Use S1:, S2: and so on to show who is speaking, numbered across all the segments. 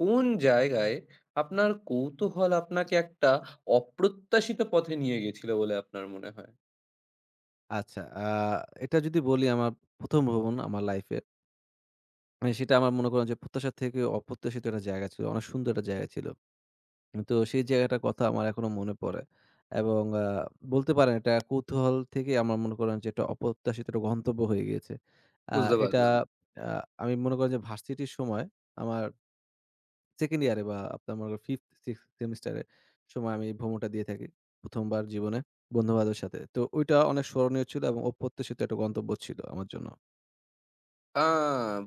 S1: কোন জায়গায় আপনার কৌতূহল আপনাকে একটা অপ্রত্যাশিত পথে নিয়ে গেছিল বলে আপনার মনে হয়?
S2: আচ্ছা, এটা যদি বলি আমার ১ম ভ্রমণ আমার লাইফে। মানে সেটা আমার মনে করেন যে প্রত্যাশার থেকে অপ্রত্যাশিত একটা জায়গা ছিল। অনেক সুন্দর একটা জায়গা ছিল। তো সেই জায়গাটার কথা আমার এখনো মনে পড়ে। এবং বলতে পারেন এটা কৌতূহল থেকে আমার মনে করেন যে একটা অপ্রত্যাশিত একটা গন্তব্য হয়ে গিয়েছে। আ
S1: বুঝতে
S2: এটা
S1: পারলাম।
S2: আ আমি মনে করি যে ভার্সিটির সময় আমার সেকেন্ড ইয়ারে বা আপনার মনে করেন 5th 6th সেমিস্টারে সময় আমি ভ্রমণটা দিয়ে থাকি। ১ম বার জীবনে বন্ধু-বান্ধবের সাথে। তো ওইটা অনেক স্মরণীয় ছিল এবং অপ্রত্যাশিত একটা গন্তব্য ছিল আমার জন্য।
S1: আ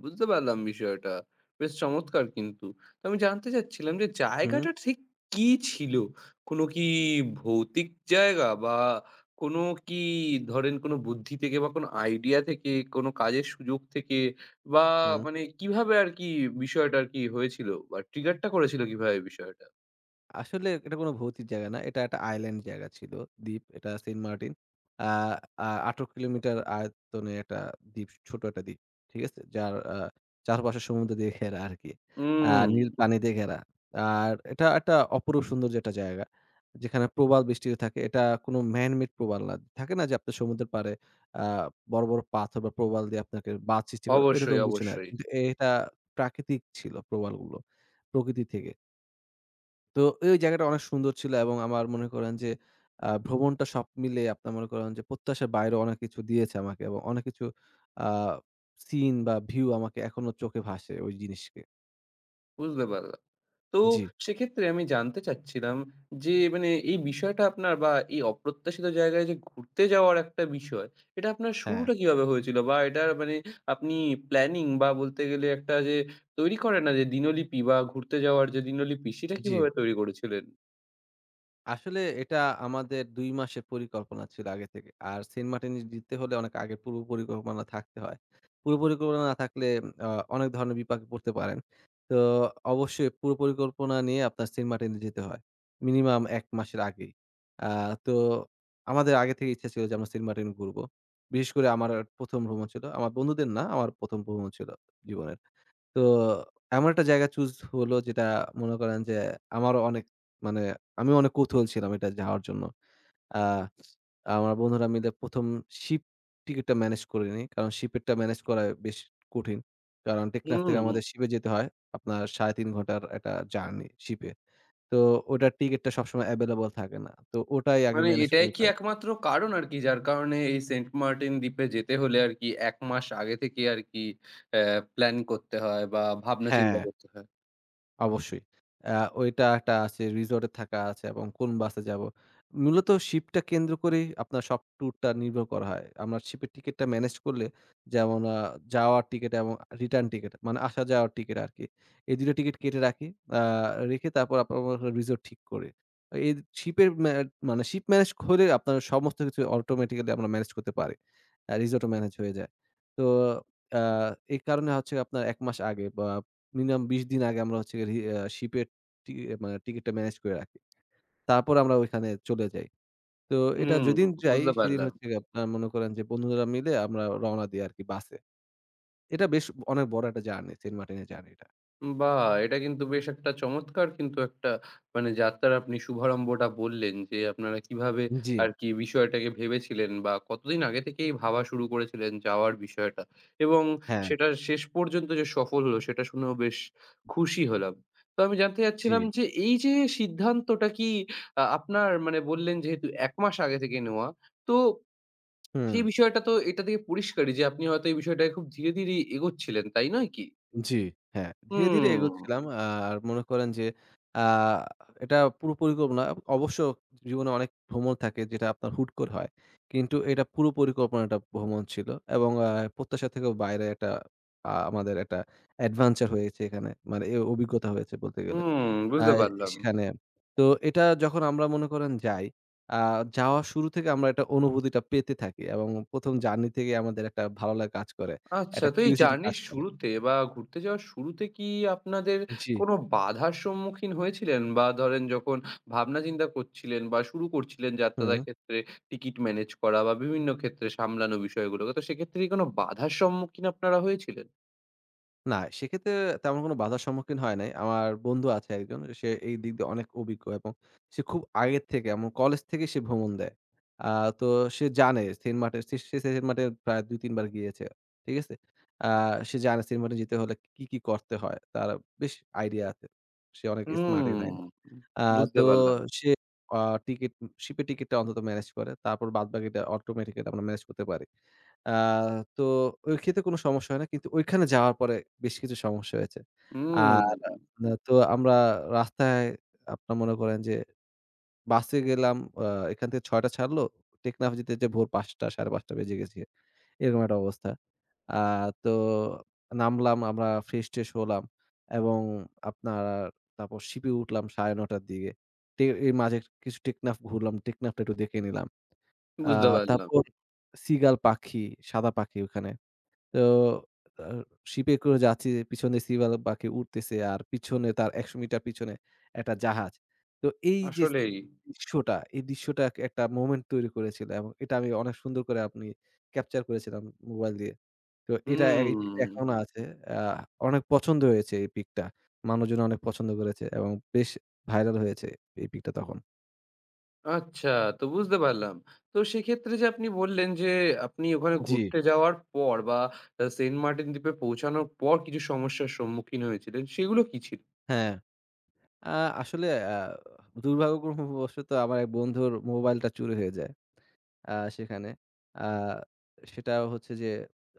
S1: বুঝতে পারলাম বিষয়টা। বেশ চমৎকার কিন্তু। তো আমি জানতে চাচ্ছিলাম যে
S2: হুম,
S1: জায়গাটা ঠিক কি ছিল? কোনো কি ভৌতিক জায়গা বা কোনো কি ধরেন কোনো বুদ্ধি থেকে বা কোনো আইডিয়া থেকে, কোনো কাজের সুযোগ থেকে বা
S2: হু।
S1: মানে কিভাবে আরকি বিষয়টা আরকি হয়েছিল? বা ট্রিগারটা করেছিল কিভাবে বিষয়টা?
S2: আসলে এটা কোনো ভৌতিক জায়গা না। এটা একটা আইল্যান্ড জায়গা ছিল, দ্বীপ। এটা সেন্ট মার্টিন। আ আ ১৮ কিলোমিটার আয়তনে একটা দ্বীপ, ছোট একটা দ্বীপ। ঠিক আছে? যার চারপাশে সমুদ্র দিয়ে ঘেরা আরকি।
S1: হুম।
S2: নীল পানি দিয়ে ঘেরা। আর এটা একটা অপরূপ সৌন্দর্যের একটা জায়গা। যেখানে প্রবাল বৃষ্টি থাকে। এটা কোনো ম্যান মেড প্রবাল না। থাকে না যে আপনার সমুদ্রের পাড়ে আ বড়, বড় পাথর বা প্রবাল দিয়ে আপনাকে বাঁধ সৃষ্টি করে,
S1: অবশ্যই,
S2: এরকম কিছু না।
S1: অবশ্যই।
S2: কিন্তু এটা প্রাকৃতিক ছিল প্রবালগুলো, প্রকৃতি থেকে। তো ওই জায়গাটা অনেক সুন্দর ছিল এবং আমার মনে করেন যে ভ্রমণটা সব মিলে আপনার মনে করেন যে প্রত্যাশার বাইরে অনেক কিছু দিয়েছে আমাকে এবং অনেক কিছু আ সিন বা ভিউ আমাকে এখনো চোখে ভাসে ওই জিনিসকে।
S1: বুঝতে পারলাম। তো
S2: জি,
S1: সেক্ষেত্রে আমি জানতে চাচ্ছিলাম যে মানে এই বিষয়টা আপনার বা এই অপ্রত্যাশিত জায়গায় যে ঘুরতে যাওয়ার একটা বিষয়, এটা আপনার
S2: হ্যাঁ,
S1: শুরুটা কিভাবে হয়েছিল? বা এটার মানে আপনি প্ল্যানিং বা বলতে গেলে একটা যে তৈরি করে না যে দিনলিপি বা ঘুরতে যাওয়ার যে দিনলিপি সেটা
S2: জি।
S1: কিভাবে তৈরি করেছিলেন?
S2: আসলে এটা আমাদের ২ মাসের পরিকল্পনা ছিল আগে থেকে। আর সেন্ট মার্টিন যেতে হলে অনেক আগে পূর্ব পরিকল্পনা থাকতে হয়। পূর্ব পরিকল্পনা না থাকলে আ অনেক ধরনের বিপাকে পড়তে পারেন। তো অবশ্যই পুরো পরিকল্পনা নিয়ে আপনার সেন্ট মার্টিনে যেতে হয়। মিনিমাম ১ মাসের আগেই। আ তো আমাদের আগে থেকে ইচ্ছা ছিল যে আমরা সেন্ট মার্টিন ঘুরবো। বিশেষ করে আমার ১ম ভ্রমণ ছিল। আমার বন্ধুদের না, আমার ১ম ভ্রমণ ছিল জীবনে। তো এমন একটা জায়গা চুজ হলো যেটা মনে করেন যে আমারও অনেক মানে আমিও অনেক কৌতূহল ছিলাম এটা যাওয়ার জন্য। আ আমার বন্ধুরা মিলে ১ম শিপ টিকেটটা ম্যানেজ করিনি। কারণ শিপেরটা ম্যানেজ করা বেশ কঠিন। কারণ টেকনাফ
S1: হুম,
S2: থেকে
S1: হুম।
S2: আমাদের শিপে যেতে হয়। আপনার ৩.৫ ঘন্টার একটা জার্নি শিপে। তো ওটার টিকেটটা সবসময় এভেইলেবল থাকে না। তো ওটাই আগে
S1: মানে
S2: ম্যানেজ
S1: এটাই
S2: করে
S1: কি
S2: নিতে হয়।
S1: একমাত্র কারণ আরকি যার কারণে এই সেন্ট মার্টিন দ্বীপে যেতে হলে আরকি ১ মাস আগে থেকে আরকি অ্যা প্ল্যান করতে হয় বা ভাবনা চিন্তা
S2: হ্যাঁ।
S1: করতে হয়?
S2: অবশ্যই। আ ওইটা একটা আছে, রিসোর্টে থাকা আছে এবং কোন বাসে যাবো। মূলত শিপটা কেন্দ্র করেই আপনার সব ট্যুরটা নির্ভর করা হয়। আমরা শিপের টিকেটটা ম্যানেজ করলে যেমন যাওয়ার টিকেট এবং রিটার্ন টিকেট মানে আসা যাওয়ার টিকেট আরকি। এই ২ টা টিকেট কেটে রাখি। আ রেখে তারপর আপনার মনে করেন রিসোর্ট ঠিক করি। এই শিপের ম্যা মানে শিপ ম্যানেজ করে আপনার সমস্ত কিছু অটোমেটিক্যালি আমরা ম্যানেজ করতে পারি। রিসোর্টও ম্যানেজ হয়ে যায়। তো আ এই কারণে হচ্ছে আপনার ১ মাস আগে বা মিনিমাম ২০ দিন আগে আমরা হচ্ছে গিয়ে রি আ শিপের টি মানে টিকেটটা ম্যানেজ করে রাখি। তারপর আমরা ওইখানে চলে যাই। তো এটা
S1: হুম,
S2: যেদিন যাই
S1: বুঝতে
S2: সেদিন
S1: পারলাম।
S2: হচ্ছে গিয়ে আপনার মনে করেন যে বন্ধুরা মিলে আমরা রওনা দেই আরকি বাসে। এটা বেশ অনেক বড় একটা জার্নি সেন্ট মার্টিনের জার্নিটা।
S1: বাহ! এটা কিন্তু বেশ একটা চমৎকার কিন্তু একটা মানে যাত্রার আপনি শুভারম্ভটা বললেন যে, আপনারা কিভাবে
S2: জি।
S1: আরকি বিষয়টাকে ভেবেছিলেন বা কতদিন আগে থেকেই ভাবা শুরু করেছিলেন যাওয়ার বিষয়টা এবং
S2: হ্যাঁ,
S1: সেটা শেষ পর্যন্ত যে সফল হলো সেটা শুনেও বেশ খুশি হলাম। তো আমি জানতে
S2: জি।
S1: চাচ্ছিলাম যে, এই যে সিদ্ধান্তটা কি আপনার মানে বললেন যেহেতু ১ মাস আগে থেকে নেওয়া, তো
S2: হুম।
S1: সেই বিষয়টা তো এটা থেকে পরিষ্কারই যে আপনি হয়তো এই বিষয়টাকে খুব ধীরে, ধীরেই এগোচ্ছিলেন, তাই নয় কি?
S2: জি, হ্যাঁ। ধীরে, ধীরে এগোচ্ছিলাম।
S1: হুম,
S2: আর মনে করেন যে আ এটা পুরো পরিকল্পনা অবশ্য জীবনে অনেক ভ্রমণ থাকে যেটা আপনার হুট করে হয়। কিন্তু এটা পুরো পরিকল্পনা একটা ভ্রমণ ছিল এবং প্রত্যাশা থেকেও বাইরে একটা আমাদের একটা adventure হয়েছে এখানে। মানে এ অভিজ্ঞতা হয়েছে বলতে গেলে।
S1: হুম,
S2: আ
S1: বুঝতে পারলাম।
S2: সেখানে তো এটা যখন আমরা মনে করেন যাই, আ যাওয়ার শুরু থেকে আমরা একটা অনুভূতিটা পেতে থাকি এবং ১ম জার্নি থেকেই আমাদের একটা ভালো লাগা কাজ করে।
S1: আচ্ছা,
S2: একটা
S1: তো এই
S2: curiosity কাজ
S1: জার্নির
S2: করে।
S1: শুরুতে বা ঘুরতে যাওয়ার শুরুতে কি আপনাদের
S2: জি।
S1: কোনো বাধার সম্মুখীন হয়েছিলেন? বা ধরেন যখন ভাবনা চিন্তা করছিলেন বা শুরু করছিলেন যাত্রাটার
S2: হুম।
S1: ক্ষেত্রে টিকিট ম্যানেজ করা বা বিভিন্ন ক্ষেত্রে সামলানো বিষয়গুলোকে, তো সেক্ষেত্রে কি কোনো বাধার সম্মুখীন আপনারা হয়েছিলেন?
S2: না, সেক্ষেত্রে তেমন কোনো বাধার সম্মুখীন হয় নাই। আমার বন্ধু আছে একজন। সে এই দিক দিয়ে অনেক অভিজ্ঞ এবং সে খুব আগের থেকে এমন কলেজ থেকে সে ভ্রমণ দেয়। আ তো সে জানে সেন্ট মার্টিন সে সে সেন্ট মার্টিন প্রায় ২-৩ বার গিয়েছে। ঠিক আছে? আ সে জানে সেন্ট মার্টিন যেতে হলে কি, কি করতে হয়? তার বেশ আইডিয়া আছে। সে অনেক স্মার্ট এই
S1: হুম,
S2: লাইনে। আ তো
S1: বুঝতে পারলাম।
S2: সে আ টিকেট শিপে টিকেটটা অন্তত ম্যানেজ করে। তারপর বাদবাকিটা অটোমেটিক্যালি আমরা ম্যানেজ করতে পারি। আ তো ওই ক্ষেত্রে কোনো সমস্যা হয় না। কিন্তু ঐখানে যাওয়ার পরে বেশ কিছু সমস্যা হয়েছে।
S1: হুম,
S2: আর তো আমরা রাস্তায় আপনার মনে করেন যে বাসে গেলাম আ এখান থেকে ৬টা ছাড়লো। টেকনাফ যেতে, যেতে ভোর ৫টা ৫:৩০ বেজে গেছে। এরকম একটা অবস্থা। আ তো নামলাম আমরা ফ্রেশ-ট্রেশ হলাম এবং আপনার তারপর শিপে উঠলাম ৯:৩০ র দিকে। এর মাঝে কিছু টেকনাফ ঘুরলাম। টেকনাফটা একটু দেখে নিলাম। আ
S1: বুঝতে পারলাম।
S2: তারপর সিগাল পাখি, সাদা পাখি ওখানে। তো আ শিপে করে যাচ্ছি, পিছনে সিভাল পাখি উড়তেছে আর পিছনে তার ১০০ মিটার পিছনে একটা জাহাজ। তো এই যে
S1: আসলেই।
S2: দৃশ্যটা, এই দৃশ্যটা একটা মোমেন্ট তৈরি করেছিল এবং এটা আমি অনেক সুন্দর করে আপনি ক্যাপচার করেছিলাম মোবাইল দিয়ে। তো এটা এই পিকটা
S1: হুম।
S2: এখনো আছে। আ অনেক পছন্দ হয়েছে এই পিকটা। মানুষজন অনেক পছন্দ করেছে এবং বেশ ভাইরাল হয়েছে এই পিকটা তখন।
S1: আচ্ছা, তো বুঝতে পারলাম। তো সেক্ষেত্রে যে আপনি বললেন যে আপনি ওখানে
S2: জি,
S1: ঘুরতে যাওয়ার পর বা সেন্ট মার্টিন দ্বীপে পৌঁছানোর পর কিছু সমস্যার সম্মুখীন হয়েছিলেন, সেগুলো কি ছিল?
S2: হ্যাঁ। আ আসলে আ দুর্ভাগ্যক্রমবশত আমার এক বন্ধুর মোবাইলটা চুরি হয়ে যায়। আ সেখানে। আ সেটা হচ্ছে যে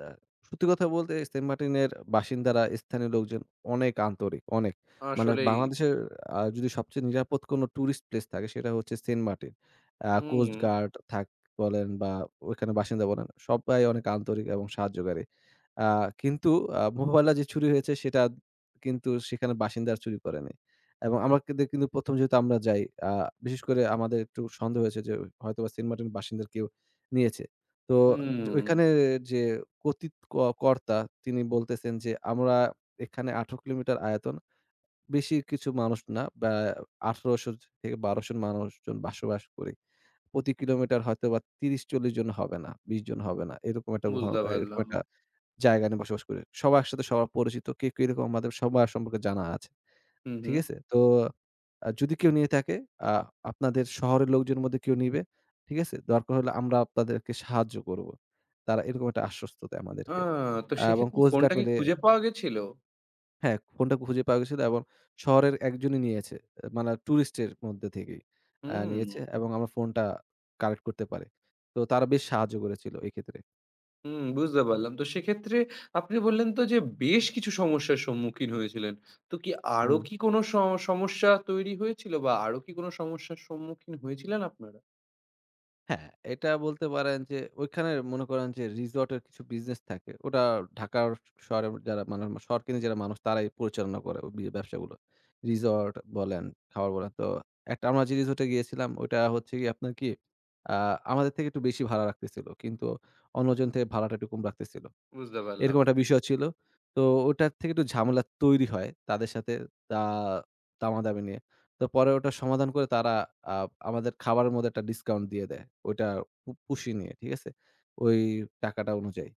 S2: আ সত্যি কথা বলতে সেন্ট মার্টিনের বাসিন্দারা, স্থানীয় লোকজন অনেক আন্তরিক, অনেক। মানে
S1: আসলেই
S2: বাংলাদেশের যদি সবচেয়ে নিরাপদ কোনো টুরিস্ট প্লেস থাকে সেটা হচ্ছে Saint Martin. Coast
S1: hmm,
S2: guard থাক বলেন বা ওইখানে বাসিন্দা বলেন, সবাই অনেক আন্তরিক এবং সাহায্যকারী। আ কিন্তু মোবাইলটা যে চুরি হয়েছে সেটা কিন্তু সেখানে বাসিন্দারা চুরি করেনি। এবং আমাদের কিন্তু ১ম যেহেতু আমরা যাই, আ বিশেষ করে আমাদের একটু সন্দেহ হয়েছে যে হয়তোবা সেন্ট মার্টিনের বাসিন্দার কেউ নিয়েছে। তো যে
S1: হুম,
S2: ওইখানে যে কথিত কর্তা তিনি বলতেছেন যে, "আমরা এখানে ১৮ কিলোমিটার আয়তন, বেশি কিছু মানুষ না বা ১৮০০ থেকে ১২০০ মানুষজন বসবাস করি। প্রতি কিলোমিটার হয়তোবা ৩০-৪০ জন হবে না, ২০ জন হবে না। এরকম একটা ঘন
S1: বুঝতে
S2: এ এরকম
S1: পারলাম।
S2: একটা জায়গা নিয়ে বসবাস করি। সবার সাথে সবার পরিচিত, কে কিরকম আমাদের সবার সম্পর্কে জানা আছে।"
S1: হুম,
S2: ঠিক
S1: হুম।
S2: আছে? তো যদি কেউ নিয়ে থাকে, আ আপনাদের শহরের লোকজনের মধ্যে কেউ নিবে, ঠিক আছে? দরকার হলে আমরা তাদেরকে সাহায্য করব। তারা এরকম একটা আশ্বস্ত দেয়
S1: আ
S2: আমাদেরকে।
S1: তো
S2: এবং
S1: সেক্ষেত্রে
S2: কোস্ট গার্ড
S1: ফোনটা কি
S2: মিলে
S1: খুঁজে পাওয়া গেছিল?
S2: হ্যাঁ, ফোনটা খুঁজে পাওয়া গেছিল এবং শহরের একজনই নিয়েছে। এ মানে টুরিস্টের মধ্যে থেকেই
S1: হুম,
S2: নিয়েছে এবং আমরা ফোনটা কালেক্ট করতে পারি। তো তারা বেশ সাহায্য করেছিল এক্ষেত্রে।
S1: হুম, বুঝতে পারলাম। তো সেক্ষেত্রে আপনি বললেন তো যে বেশ কিছু সমস্যার সম্মুখীন হয়েছিলেন। তো কি আরো
S2: হুম।
S1: কি কোনো সমস্যা তৈরি হয়েছিল বা আরো কি কোনো সমস্যার সম্মুখীন হয়েছিলেন আপনারা?
S2: হ্যাঁ, এটা বলতে পারেন যে ঐখানে মনে করেন যে রিসোর্ট এর কিছু বিজনেস থাকে। ওটা ঢাকার শহরের যারা মানে শহর কেন্দ্রিক যারা মানুষ তারাই পরিচালনা করে ওই ব্যবসাগুলো। রিসোর্ট বলেন, খাবার বলেন। তো একটা আমরা যে রিসোর্ট এ গিয়েছিলাম ওইটা হচ্ছে গিয়ে আপনার কি আ আমাদের থেকে একটু বেশি ভাড়া রাখতেছিল। কিন্তু অন্যজন থেকে ভাড়াটা একটু কম রাখতেছিল।
S1: বুঝতে পারলাম।
S2: এরকম একটা বিষয় ছিল। তো ওটার থেকে একটু ঝামেলা তৈরি হয় তাদের সাথে দা দামাদামি নিয়ে। তো পরে ওটা সমাধান করে তারা আ আমাদের খাবারের মধ্যে একটা ডিসকাউন্ট দিয়ে দেয়। ওইটা পুষিয়ে নিয়ে, ঠিক আছে? ওই টাকাটা অনুযায়ী।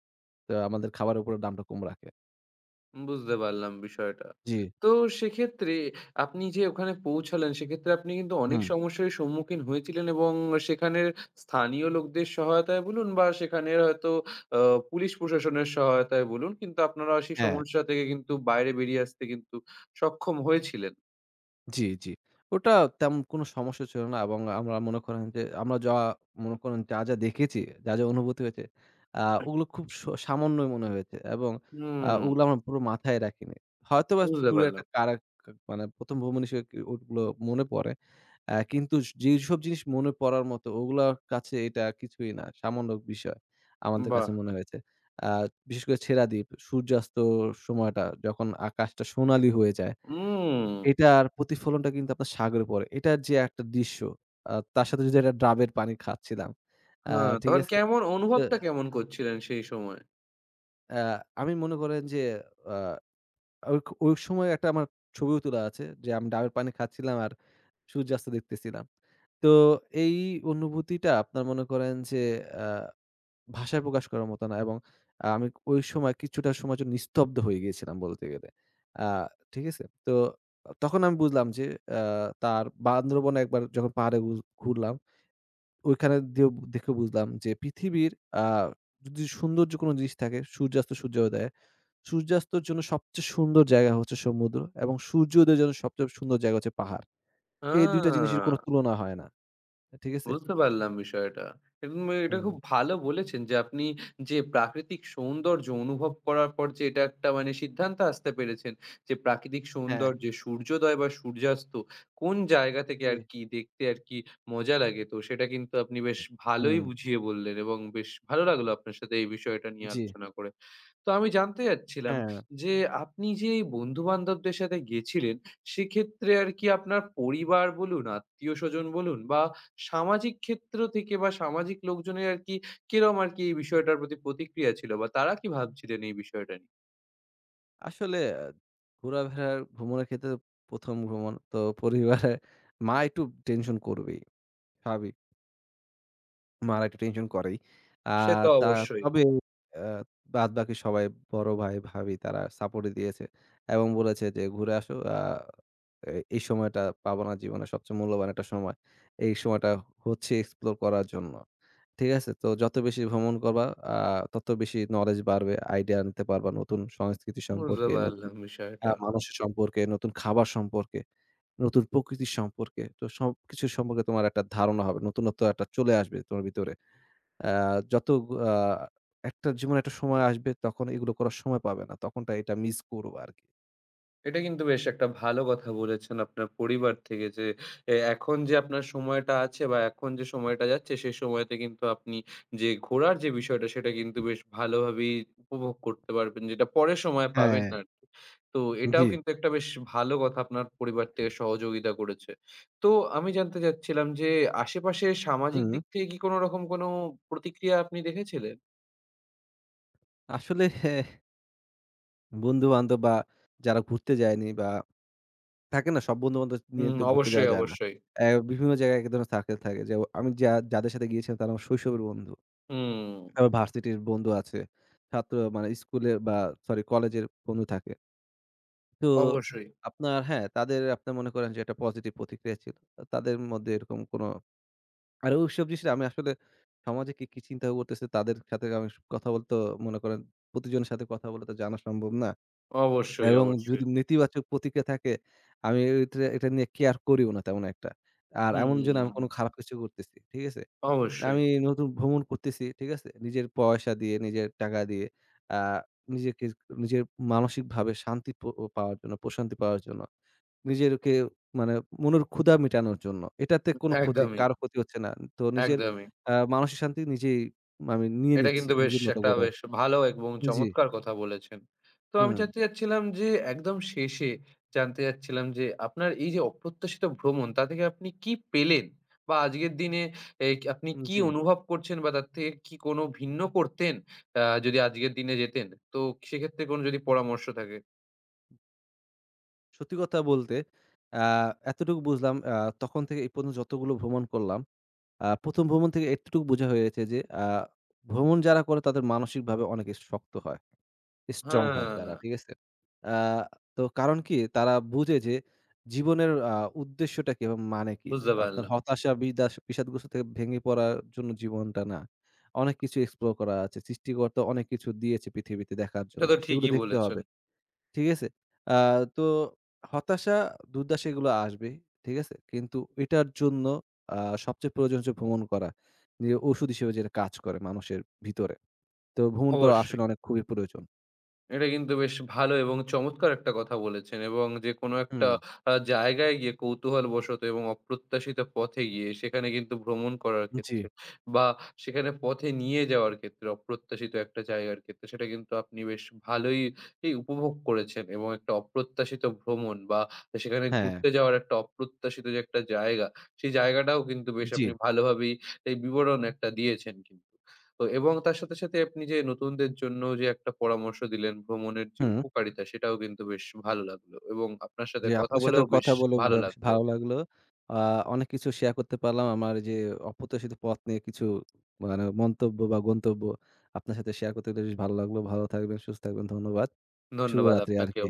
S2: তো আমাদের খাবারের উপরে দামটা কম রাখে।
S1: বুঝতে পারলাম বিষয়টা।
S2: জি,
S1: তো সেক্ষেত্রে আপনি যে ওখানে পৌঁছালেন, সেক্ষেত্রে আপনি কিন্তু অনেক
S2: হুম,
S1: সমস্যারই সম্মুখীন হয়েছিলেন এবং সেখানের স্থানীয় লোকদের সহায়তায় বলুন বা সেখানের হয়তো আ পুলিশ প্রশাসনের সহায়তায় বলুন, কিন্তু আপনারা সেই
S2: হ্যাঁ।
S1: সমস্যা থেকে কিন্তু বাইরে বেরিয়ে আসতে কিন্তু সক্ষম হয়েছিলেন।
S2: জি, জি। ওটা তেমন কোনো সমস্যা ছিল না এবং আমরা মনে করেন যে আমরা যা মনে করেন যা, যা দেখেছি, যা, যা অনুভূতি হয়েছে, আ ওগুলো খুব সামান্যই মনে হয়েছে এবং
S1: হুম,
S2: ওগুলো আমরা পুরো মাথায় রাখিনি। হয়তোবা
S1: বুঝতে
S2: ট্যুরে
S1: পারলাম।
S2: একটা কারা কা মানে ১ম ভ্রমণ হিসেবে কি ওগুলো মনে পড়ে। কিন্তু যেসব জিনিস মনে পড়ার মতো ওগুলার কাছে এটা কিছুই না। সামান্য বিষয় আমাদের
S1: বাহ!
S2: কাছে মনে হয়েছে। আ বিশেষ করে ছেড়া দ্বীপ, সূর্যাস্তর সময়টা যখন আকাশটা সোনালি হয়ে যায়।
S1: হুম,
S2: এটার প্রতিফলনটা কিন্তু আপনার সাগরে পড়ে। এটার যে একটা দৃশ্য, তার সাথে যদি একটা ডাবের পানি খাচ্ছিলাম। আ
S1: হ্যাঁ,
S2: ঠিক
S1: তখন
S2: আছে?
S1: কেমন
S2: তো
S1: অনুভবটা কেমন করছিলেন সেই সময়?
S2: আ আমি মনে করেন যে আ ওই ওই সময় একটা আমার ছবিও তোলা আছে যে আমি ডাবের পানি খাচ্ছিলাম আর সূর্যাস্ত দেখতেছিলাম। তো এই অনুভূতিটা আপনার মনে করেন যে ভাষায় প্রকাশ করার মতো না এবং আমি ওই সময় কিছুটা সময়ের জন্য নিস্তব্ধ হয়ে গিয়েছিলাম বলতে গেলে। আ ঠিক আছে? তো তখন আমি বুঝলাম যে আ তার বান্দরবনে একবার যখন পাহাড়ে ঘুরলাম, ওইখানে দিয়েও দেখে বুঝলাম যে পৃথিবীর আ যদি সৌন্দর্য কোনো জিনিস থাকে সূর্যাস্ত, সূর্যোদয়। সূর্যাস্তর জন্য সবচেয়ে সুন্দর জায়গা হচ্ছে সমুদ্র এবং সূর্যোদয়ের জন্য সবচেয়ে সুন্দর জায়গা হচ্ছে পাহাড়।
S1: আ
S2: এই ২ টা জিনিসের কোনো তুলনা হয় না। ঠিক আছে?
S1: বুঝতে পারলাম বিষয়টা। এবং এটা
S2: হুম।
S1: খুব ভালো বলেছেন যে আপনি যে প্রাকৃতিক সৌন্দর্য অনুভব করার পর যে এটা একটা মানে সিদ্ধান্তে আসতে পেরেছেন যে প্রাকৃতিক
S2: হ্যাঁ।
S1: সৌন্দর্যে সূর্যোদয় বা সূর্যাস্ত কোন জায়গা থেকে
S2: জি।
S1: আরকি দেখতে আরকি মজা লাগে। তো সেটা কিন্তু আপনি বেশ ভালোই
S2: হুম।
S1: বুঝিয়ে বললেন এবং বেশ ভালো লাগলো আপনার সাথে এই বিষয়টা নিয়ে
S2: জি।
S1: আলোচনা করে। তো আমি জানতে চাচ্ছিলাম
S2: হ্যাঁ।
S1: যে আপনি যে এই বন্ধু-বান্ধবদের সাথে গেছিলেন, সেক্ষেত্রে আর কি আপনার পরিবার বলুন, আত্মীয়স্বজন বলুন বা সামাজিক ক্ষেত্র থেকে বা সামাজিক লোকজনের আর কি কিরকম আর কি এই বিষয়টার প্রতি প্রতিক্রিয়া ছিল বা তারা কি ভাবছিলেন এই বিষয়টা নিয়ে?
S2: আসলে আহ, ঘোরাফেরার ভ্রমণের ক্ষেত্রে ১ম ভ্রমণ তো পরিবারে মা একটু টেনশন করবেই। স্বাভাবিক। মারা একটু টেনশন করেই। আ
S1: সে তো
S2: তা
S1: অবশ্যই।
S2: তবে আ বাদবাকি সবাই বড় ভাই, ভাবি তারা সাপোর্টই দিয়েছে এবং বলেছে যে, "ঘুরে আসো। আ এ এই সময়টা পাবো না জীবনে সবচেয়ে মূল্যবান একটা সময়। এই সময়টা হচ্ছে এক্সপ্লোর করার জন্য।" ঠিক আছে? তো যত বেশি ভ্রমণ করবা আ তত বেশি নলেজ বাড়বে, আইডিয়া নিতে পারবা নতুন সংস্কৃতি
S1: বুঝতে
S2: সম্পর্কে, নতুন
S1: পারলাম বিষয়টা।
S2: মানুষের সম্পর্কে, নতুন খাবার সম্পর্কে, নতুন প্রকৃতি সম্পর্কে। তো সবকিছু সম্পর্কে তোমার একটা ধারণা হবে। নতুনত্ব একটা চলে আসবে তোমার ভিতরে। আ যত আ একটা জীবনে একটা সময় আসবে তখন এগুলো করার সময় পাবে না। তখনটা এটা মিস করবা আরকি।
S1: এটা কিন্তু বেশ একটা ভালো কথা বলেছেন আপনার পরিবার থেকে যে এখন যে আপনার সময়টা আছে বা এখন যে সময়টা যাচ্ছে সেই সময়তে কিন্তু আপনি যে ঘোরার যে বিষয়টা সেটা কিন্তু বেশ ভালোভাবেই উপভোগ করতে পারবেন যেটা পরে সময় পাবেন
S2: হ্যাঁ।
S1: না আরকি। তো এটাও
S2: জি।
S1: কিন্তু একটা বেশ ভালো কথা আপনার পরিবার থেকে সহযোগিতা করেছে। তো আমি জানতে চাচ্ছিলাম যে আশেপাশে সামাজিক
S2: হুম,
S1: দিক থেকে কি কোনো রকম কোনো প্রতিক্রিয়া আপনি দেখেছিলেন?
S2: আসলে হ্যাঁ, বন্ধু-বান্ধব বা যারা ঘুরতে যায়নি বা থাকে না সব বন্ধু-বান্ধব নিয়ে
S1: হুম,
S2: তো ঘুরতে
S1: অবশ্যই,
S2: যাওয়া যায় না।
S1: অবশ্যই।
S2: বিভিন্ন জায়গায় এক ধরনের সার্কেল থাকে। যে আমি যাদের সাথে গিয়েছিলাম তারা আমার শৈশবের বন্ধু।
S1: হুম,
S2: আবার ভার্সিটির বন্ধু আছে। ছাত্র মানে স্কুলের বা সরি কলেজের বন্ধু থাকে। তো
S1: অবশ্যই,
S2: আপনার হ্যাঁ, তাদের আপনার মনে করেন যে একটা পজিটিভ প্রতিক্রিয়া ছিল। তাদের মধ্যে এরকম কোন আর ওইসব জিনিস আমি আসলে সমাজে কে কি চিন্তা করতেছে তাদের সাথে আমি কথা বলতেও মনে করেন প্রতিজনের সাথে কথা বলে তো জানা সম্ভব না।
S1: অবশ্যই,
S2: এবং
S1: অবশ্যই।
S2: যদি নেতিবাচক প্রতিক্রিয়া থাকে, আমি এটা এটা নিয়ে কেয়ার করিও না তেমন একটা। আর এমন যে না আমি
S1: হুম।
S2: কোনো খারাপ কিছু করতেছি। ঠিক আছে?
S1: অবশ্যই।
S2: আমি নতুন ভ্রমণ করতেছি। ঠিক আছে? নিজের পয়সা দিয়ে, নিজের টাকা দিয়ে আ নিজেকে নিজের মানসিকভাবে শান্তি পাওয়ার জন্য, প্রশান্তি পাওয়ার জন্য, নিজেরকে মানে মনের ক্ষুধা মেটানোর জন্য। এটাতে কোনো ক্ষতি
S1: একদমই,
S2: কারো ক্ষতি হচ্ছে না। তো নিজের
S1: একদমই।
S2: মানসিক শান্তি নিজেই আমি নিয়ে
S1: এটা
S2: নিচ্ছি
S1: কিন্তু বেশ
S2: নিজের মতো
S1: একটা
S2: করে।
S1: বেশ ভালো এবং
S2: জি।
S1: চমৎকার কথা বলেছেন। তো আমি
S2: হুম,
S1: জানতে চাচ্ছিলাম যে একদম শেষে জানতে চাচ্ছিলাম যে আপনার এই যে অপ্রত্যাশিত ভ্রমণ তা থেকে আপনি কি পেলেন? বা আজকের দিনে এ আপনি কি
S2: জি।
S1: অনুভব করছেন বা তার থেকে কি কোনো ভিন্ন করতেন যদি আজকের দিনে যেতেন? তো সেক্ষেত্রে কোনো যদি পরামর্শ থাকে?
S2: সত্যি কথা বলতে আ এতটুকু বুঝলাম তখন থেকে এই পর্যন্ত যতগুলো ভ্রমণ করলাম, ১ম ভ্রমণ থেকে এতটুকু বোঝা হয়েছে যে ভ্রমণ যারা করে তাদের মানসিকভাবে অনেক শক্ত হয়, স্ট্রং হয় তারা।
S1: হ্যাঁ,
S2: ঠিক আছে? আ তো কারণ কি? তারা বুঝে যে জীবনের উদ্দেশ্যটা কি এবং মানে কি?
S1: বুঝতে
S2: আপনার
S1: পারলাম।
S2: হতাশা, বিষাদগ্রস্ত থেকে ভেঙে পড়ার জন্য জীবনটা না। অনেক কিছু এক্সপ্লোর করা আছে। সৃষ্টিকর্তা অনেক কিছু দিয়েছে পৃথিবীতে দেখার
S1: এটা
S2: জন্য।
S1: তো
S2: সেগুলো
S1: ঠিকই
S2: দেখতে
S1: বলেছেন।
S2: হবে। ঠিক আছে? আ তো হতাশা, দুর্দশা এগুলো আসবেই। ঠিক আছে? কিন্তু এটার জন্য আ সবচেয়ে প্রয়োজন হচ্ছে ভ্রমণ করা। যে ওষুধ হিসেবে যেটা কাজ করে মানুষের ভিতরে। তো ভ্রমণ করা
S1: অবশ্যই।
S2: আসলে অনেক খুবই প্রয়োজন।
S1: এটা কিন্তু বেশ ভালো এবং চমৎকার একটা কথা বলেছেন এবং যে কোনো একটা
S2: হুম,
S1: জায়গায় গিয়ে কৌতূহলবশত এবং অপ্রত্যাশিত পথে গিয়ে সেখানে কিন্তু ভ্রমণ করার
S2: জি,
S1: ক্ষেত্রে বা সেখানে পথে নিয়ে যাওয়ার ক্ষেত্রে অপ্রত্যাশিত একটা জায়গার ক্ষেত্রে সেটা কিন্তু আপনি বেশ ভালোই উপভোগ করেছেন এবং একটা অপ্রত্যাশিত ভ্রমণ বা সেখানে
S2: হ্যাঁ,
S1: ঘুরতে যাওয়ার একটা অপ্রত্যাশিত যে একটা জায়গা সেই জায়গাটাও কিন্তু বেশ
S2: জি,
S1: আপনি ভালোভাবেই এই বিবরণ একটা দিয়েছেন কিন্তু। তো এবং তার সাথে, সাথে আপনি যে নতুনদের জন্য যে একটা পরামর্শ দিলেন ভ্রমণের যে
S2: হুম।
S1: উপকারিতা সেটাও কিন্তু বেশ ভালো লাগলো এবং আপনার সাথে
S2: জি,
S1: কথা
S2: আপনার
S1: বলেও
S2: সাথেও
S1: বেশ
S2: কথা বলে
S1: ভালো
S2: বেশ
S1: লাগলো।
S2: ভালো লাগলো। আ অনেক কিছু শেয়ার করতে পারলাম। আমার যে অপ্রত্যাশিত পথ নিয়ে কিছু মানে মন্তব্য বা গন্তব্য আপনার সাথে শেয়ার করতে পেরে বেশ ভালো লাগলো। ভালো থাকবেন, সুস্থ থাকবেন। ধন্যবাদ।
S1: ধন্যবাদ
S2: শুভরাত্রি
S1: আপনাকেও।
S2: আরকি।